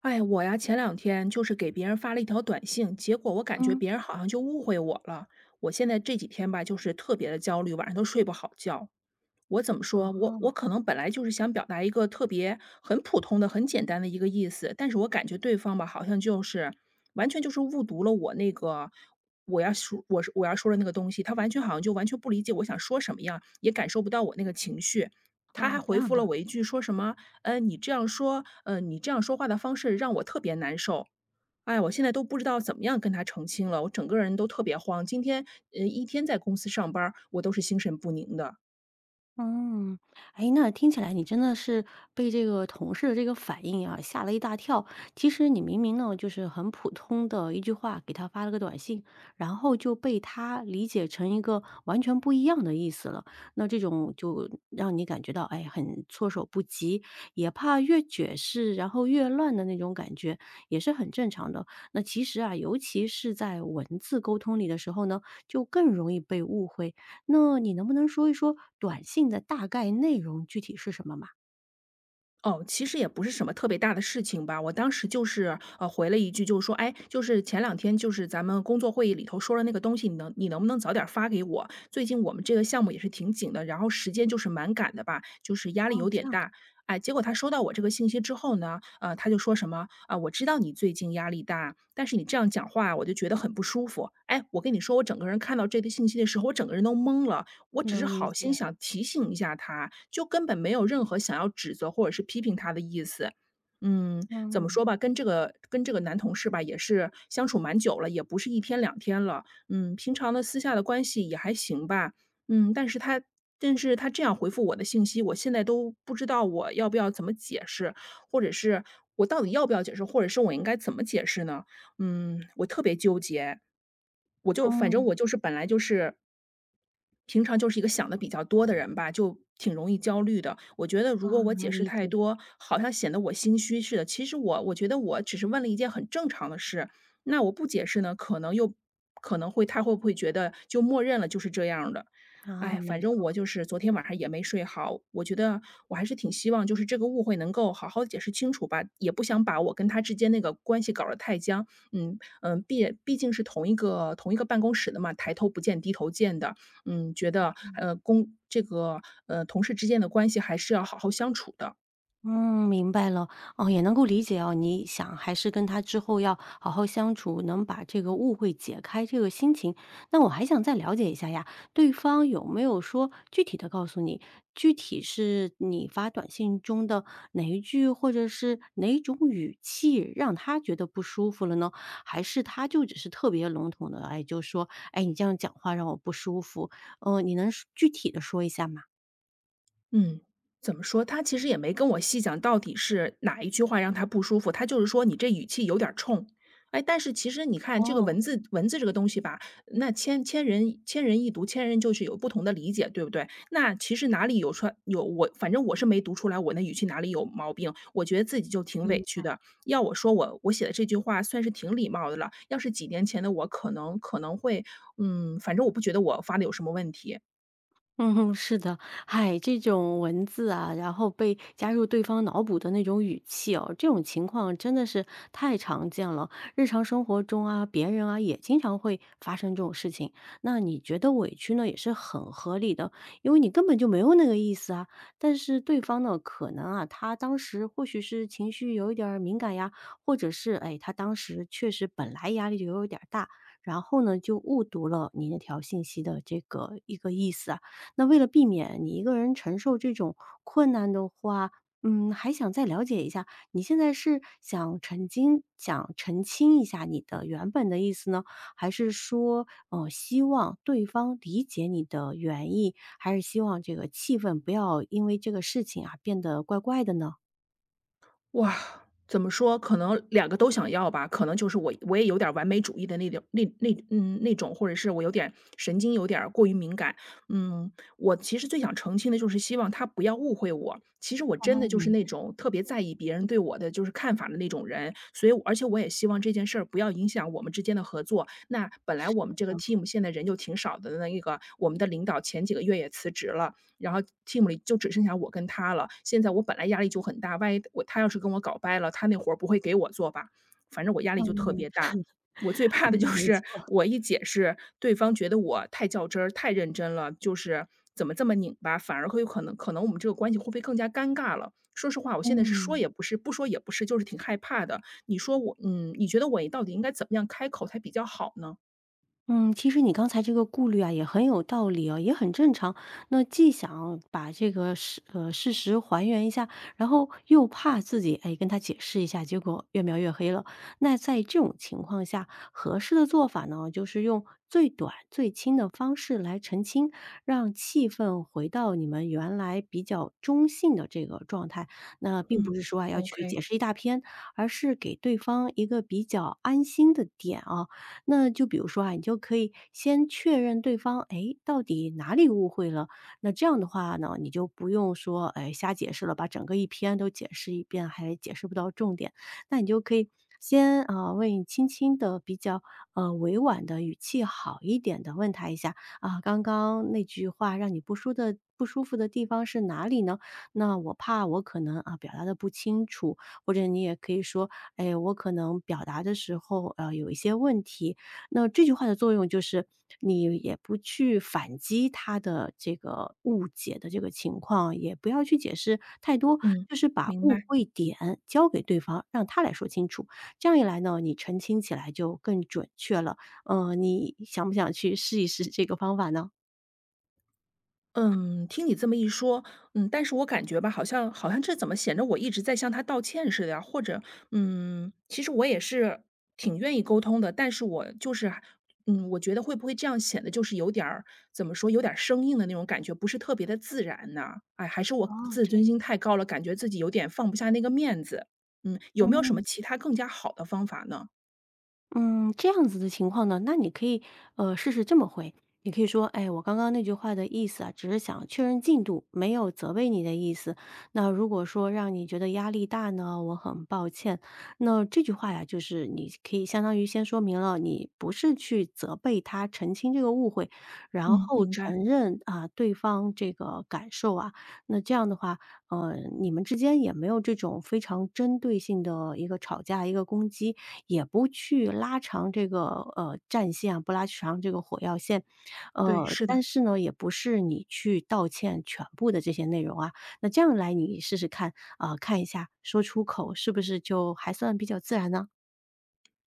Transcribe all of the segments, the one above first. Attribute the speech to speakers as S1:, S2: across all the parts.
S1: 哎，我呀，前两天就是给别人发了一条短信，结果我感觉
S2: 嗯，
S1: 别人好像就误会我了。我现在这几天吧，就是特别的焦虑，晚上都睡不好觉。我怎么说？我
S2: 哦，
S1: 可能本来就是想表达一个特别很普通的、很简单的一个意思，但是我感觉对方吧，好像就是完全就是误读了我那个我要说的那个东西，他完全好像就完全不理解我想说什么样，也感受不到我那个情绪。
S2: 哦，
S1: 他还
S2: 这
S1: 回
S2: 样
S1: 复
S2: 的，
S1: 了我一句，说什么"你这样说话的方式让我特别难受。哎，我现在都不知道怎么样跟他澄清了，我整个人都特别慌。今天，一天在公司上班儿我都是心神不宁的。"
S2: 嗯，哎，那听起来你真的是被这个同事的这个反应啊，吓了一大跳。其实你明明呢，就是很普通的一句话，给他发了个短信，然后就被他理解成一个完全不一样的意思了。那这种就让你感觉到，哎，很措手不及，也怕越解释然后越乱的那种感觉，也是很正常的。那其实啊，尤其是在文字沟通里的时候呢，就更容易被误会。那你能不能说一说短信的大概内容具体是什么嘛？
S1: 哦，其实也不是什么特别大的事情吧。我当时就是，回了一句，就是说，哎，就是前两天就是咱们工作会议里头说了那个东西，你能不能早点发给我？最近我们这个项目也是挺紧的，然后时间就是蛮赶的吧，就是压力
S2: 哦，
S1: 有
S2: 这
S1: 点
S2: 样的。
S1: 大。哎，结果他收到我这个信息之后呢，他就说什么，啊，我知道你最近压力大，但是你这样讲话我就觉得很不舒服。哎，我跟你说，我整个人看到这个信息的时候，我整个人都懵了，我只是
S2: 能理
S1: 好心
S2: 解，
S1: 想提醒一下他，就根本没有任何想要指责或者是批评他的意思。
S2: 嗯
S1: 怎么
S2: 嗯，
S1: 说吧，跟这个男同事吧，也是相处蛮久了，也不是一天两天了。平常的私下的关系也还行吧。嗯，但是他但是他这样回复我的信息，我现在都不知道我要不要怎么解释，或者是我到底要不要解释，或者是我应该怎么解释呢？我特别纠结，反正
S2: 嗯，
S1: 我就是本来就是平常就是一个想的比较多的人吧，就挺容易焦虑的。我觉得
S2: 哦，
S1: 如果我解
S2: 能
S1: 释
S2: 理
S1: 太
S2: 解，
S1: 多，好像显得我心虚似的。其实我觉得我只是问了一件很正常的事，那我不解释呢，可能又可能会他会不会觉得就默认了就是这样儿的。
S2: 啊，
S1: 哎，
S2: 没
S1: 反正我就是昨天晚上也没睡好，我觉得我还是挺希望就是这个误会能够好好地解释清楚吧，也不想把我跟他之间那个关系搞得太僵，毕竟是同一个办公室的嘛，抬头不见低头见的，觉得公这个呃同事之间的关系还是要好好相处的。
S2: 嗯，明白了。哦，也能够理解哦，你想还是跟他之后要好好相处，能把这个误会解开这个心情。那我还想再了解一下呀，对方有没有说具体的告诉你，具体是你发短信中的哪一句，或者是哪一种语气让他觉得不舒服了呢？还是他就只是特别笼统的，哎，就说：“哎，你这样讲话让我不舒服。”你能具体的说一下吗？
S1: 嗯，怎么说？他其实也没跟我细讲到底是哪一句话让他不舒服，他就是说你这语气有点儿冲。哎，但是其实你看这个
S2: 哦。
S1: 文字这个东西吧，那千人一读，千人就是有不同的理解，对不对？那其实哪里有说有我，反正我是没读出来我那语气哪里有毛病，我觉得自己就挺委
S2: 明
S1: 屈的。要我说我写的这句话算是挺礼貌的了，要是几年前的我，可能会反正我不觉得我发的有什么问题。
S2: 嗯哼，是的，唉，这种文字啊，然后被加入对方脑补的那种语气哦，这种情况真的是太常见了。日常生活中啊，别人啊也经常会发生这种事情。那你觉得委屈呢，也是很合理的，因为你根本就没有那个意思啊。但是对方呢，可能啊，他当时或许是情绪有一点儿敏感呀，或者是哎，他当时确实本来压力就有点儿大，然后呢，就误读了你那条信息的这个一个意思啊。那为了避免你一个人承受这种困难的话，嗯，还想再了解一下，你现在是想澄清一下你的原本的意思呢？还是说，希望对方理解你的原意？还是希望这个气氛不要因为这个事情啊变得怪怪的呢？
S1: 哇，怎么说，可能两个都想要吧，可能就是我也有点儿完美主义的那种那种，或者是我有点神经有点儿过于敏感。我其实最想澄清的就是希望他不要误会我，其实我真
S2: 哦，
S1: 的就是
S2: 明白
S1: 那种特别在意别人对我的就是看法的那种人，所以我而且我也希望这件事儿不要影响我们之间的合作。那本来我们这个
S2: 的，
S1: team 现在人就挺少的，那个我们的领导前几个月也辞职了，然后 team 里就只剩下我跟他了。现在我本来压力就很大，万一他要是跟我搞掰了，他那活儿不会给我做吧？反正我压力就特
S2: 嗯
S1: 别大。我最怕的就
S2: 嗯，没
S1: 是
S2: 错。
S1: 我一解释，对方觉得我太较真儿、太认真了，就是怎么这么拧巴，反而会有可能我们这个关系会不会更加尴尬了？说实话，我现在是说
S2: 嗯。
S1: 也不是，不说也不是，就是挺害怕的。你觉得我到底应该怎么样开口才比较好呢？
S2: 嗯，其实你刚才这个顾虑啊，也很有道理哦，也很正常。那既想把这个事实还原一下，然后又怕自己哎跟他解释一下，结果越描越黑了。那在这种情况下，合适的做法呢，就是用最短最轻的方式来澄清，让气氛回到你们原来比较中性的这个状态。那并不
S1: 嗯
S2: 是说啊要去
S1: ，OK，
S2: 解释一大篇，而是给对方一个比较安心的点啊。那就比如说啊，你就可以先确认对方，哎，到底哪里误会了？那这样的话呢，你就不用说，哎，瞎解释了，把整个一篇都解释一遍，还解释不到重点。那你就可以先啊、问你轻轻的、比较委婉的语气好一点的问他一下啊，刚刚那句话让你不舒服的地方是哪里呢？那我怕我可能啊表达的不清楚，或者你也可以说，哎，我可能表达的时候有一些问题，那这句话的作用就是，你也不去反击他的这个误解的这个情况，也不要去解释太多，
S1: 嗯，
S2: 就是把
S1: 明
S2: 误
S1: 白。
S2: 会点交给对方，让他来说清楚。这样一来呢，你澄清起来就更准确了。你想不想去试一试这个方法呢？
S1: 嗯，听你这么一说，但是我感觉吧，好像这怎么显得我一直在向他道歉似的呀？或者，其实我也是挺愿意沟通的，但是我就是我觉得会不会这样显得就是有点儿怎么说，有点儿生硬的那种感觉，不是特别的自然呢？哎，还是我
S2: 哦，
S1: 自
S2: 这样，
S1: 尊心太高了，感觉自己有点放不下那个面子。有没有什么
S2: 嗯。
S1: 其他更加好的方法呢？
S2: 嗯，这样子的情况呢，那你可以试试这么回，你可以说，哎，我刚刚那句话的意思啊，只是想确认进度，没有责备你的意思。那如果说让你觉得压力大呢，我很抱歉。那这句话呀，就是你可以相当于先说明了，你不是去责备他，澄清这个误会，然
S1: 嗯，
S2: 后
S1: 明白，
S2: 承认啊对方这个感受啊。那这样的话，呃，你们之间也没有这种非常针对性的一个吵架、一个攻击。也不去拉长这个，战线啊，不拉长这个火药线。
S1: 对，是的。
S2: 但是呢，也不是你去道歉全部的这些内容啊。那这样来你试试看，啊，看一下，说出口是不是就还算比较自然呢？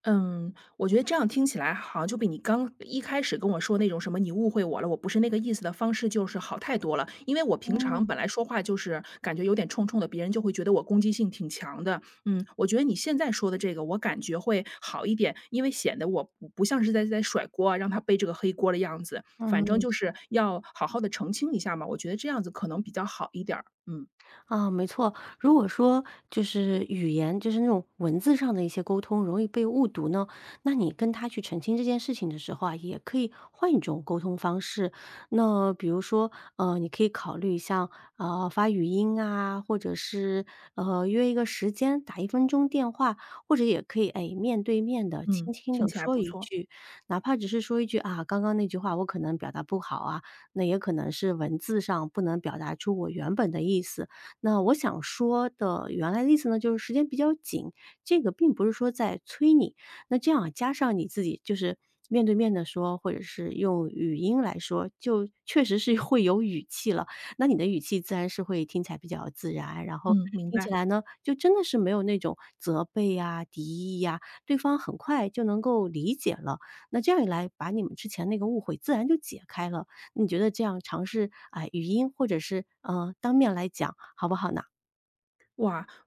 S1: 嗯，我觉得这样听起来好像就比你刚一开始跟我说那种什么"你误会我了，我不是那个意思"的方式，就是好太多了。因为我平常
S2: 嗯，
S1: 本来说话就是感觉有点冲冲的，别人就会觉得我攻击性挺强的。嗯，我觉得你现在说的这个，我感觉会好一点，因为显得我不像是在甩锅啊，让他背这个黑锅的样子。
S2: 嗯，
S1: 反正就
S2: 是
S1: 是要好好的澄清一下嘛，我觉得这样子可能比较好一点儿。嗯
S2: 啊，没错。如果说就是语言，就是那种文字上的一些沟通容易被误读呢，那你跟他去澄清这件事情的时候啊，也可以换一种沟通方式。那比如说，你可以考虑像发语音啊，或者是约一个时间打一分钟电话，或者也可以哎面对面的轻
S1: 嗯，
S2: 轻的
S1: 听起来
S2: 说
S1: 不
S2: 一
S1: 错。
S2: 句，哪怕只是说一句啊，刚刚那句话我可能表达不好啊，那也可能是文字上不能表达出我原本的意思。那我想说的原来的意思呢，就是时间比较紧，这个并不是说在催你。那这样啊加上你自己就是面对面的说，或者是用语音来说，就确实是 会有语气了。那你的语气自然是会听起来比较自然，然后
S1: 嗯，明
S2: 听起
S1: 白。
S2: 来呢，就真的是没有那种责备呀、敌意呀，对方很快就能够理解了。那这样一来，把你们之前那个误会自然就解开了。你觉得这样尝试，啊，语音或者是，嗯，当面来讲好不好呢？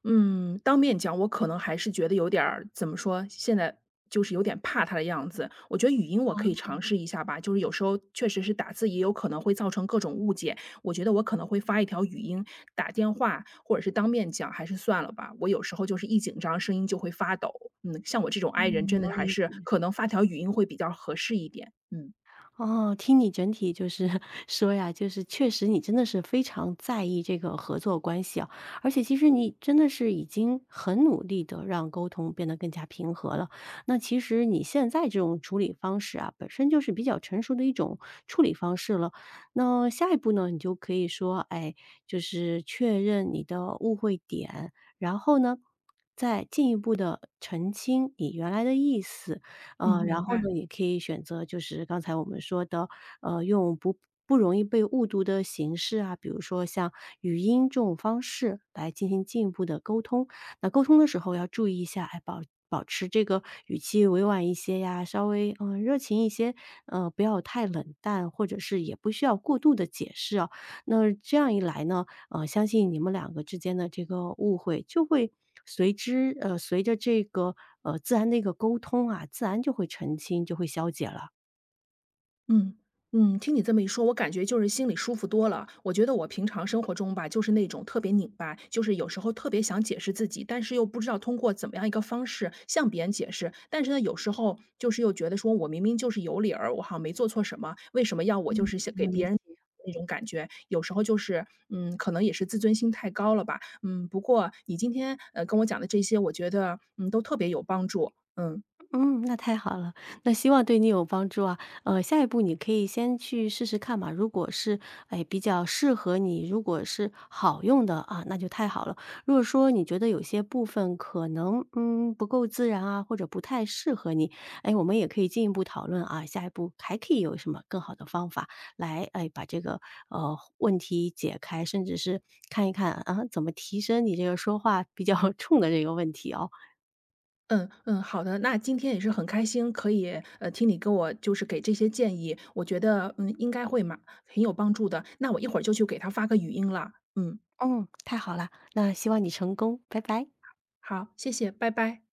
S1: 嗯，当面讲，我可能还是觉得有点儿怎么说，现在就是有点怕他的样子。我觉得语音我可
S2: 啊
S1: 以尝试一下吧，就是有时候确实是打字也有可能会造成各种误解。我觉得我可能会发一条语音，打电话或者是当面讲，还是算了吧。我有时候就是一紧张，声音就会发抖。像我这种 i 人，
S2: 嗯
S1: 真的
S2: 能
S1: 还
S2: 理
S1: 是
S2: 解。
S1: 可能发条语音会比较合适一点。嗯
S2: 哦，听你整体就是 说呀，就是确实你真的是非常在意这个合作关系啊，而且其实你真的是已经很努力的让沟通变得更加平和了。那其实你现在这种处理方式啊，本身就是比较成熟的一种处理方式了。那下一步呢，你就可以说，哎，就是确认你的误会点，然后呢。再进一步的澄清你原来的意思，
S1: 嗯，
S2: 然
S1: 明
S2: 后
S1: 白。
S2: 呢，也可以选择就是刚才我们说的，用不容易被误读的形式啊，比如说像语音这种方式来进行进一步的沟通。那沟通的时候要注意一下，哎，保持这个语气委婉一些呀，稍微热情一些，不要太冷淡，或者是也不需要过度的解释啊。那这样一来呢，相信你们两个之间的这个误会就会随之随着这个，自然的一个沟通啊，自然就会澄清，就会消解了。
S1: 嗯听你这么一说，我感觉就是心里舒服多了。我觉得我平常生活中吧，就是那种特别拧巴，就是有时候特别想解释自己，但是又不知道通过怎么样一个方式向别人解释。但是呢，有时候就是又觉得说我明明就是有理儿，我好像没做错什么，为什么要我就
S2: 嗯，
S1: 是想给
S2: 能理
S1: 别
S2: 解。
S1: 人那种感觉？有时候就是，可能也是自尊心太高了吧。嗯，不过你今天跟我讲的这些，我觉得都特别有帮助。嗯。
S2: 嗯，那太好了，那希望对你有帮助啊。下一步你可以先去试试看嘛，如果是，哎，比较适合你，如果是好用的啊，那就太好了。如果说你觉得有些部分可能，嗯，不够自然啊，或者不太适合你，哎，我们也可以进一步讨论啊，下一步还可以有什么更好的方法来，哎，把这个问题解开，甚至是看一看啊，怎么提升你这个说话比较 冲的这个问题哦。
S1: 嗯嗯，好的。那今天也是很开心，可以听你跟我就是给这些建议，我觉得应该会嘛很有帮助的。那我一会儿就去给他发个语音了。嗯，
S2: 嗯，太好了，那希望你成功，拜拜。
S1: 好，谢谢，拜拜。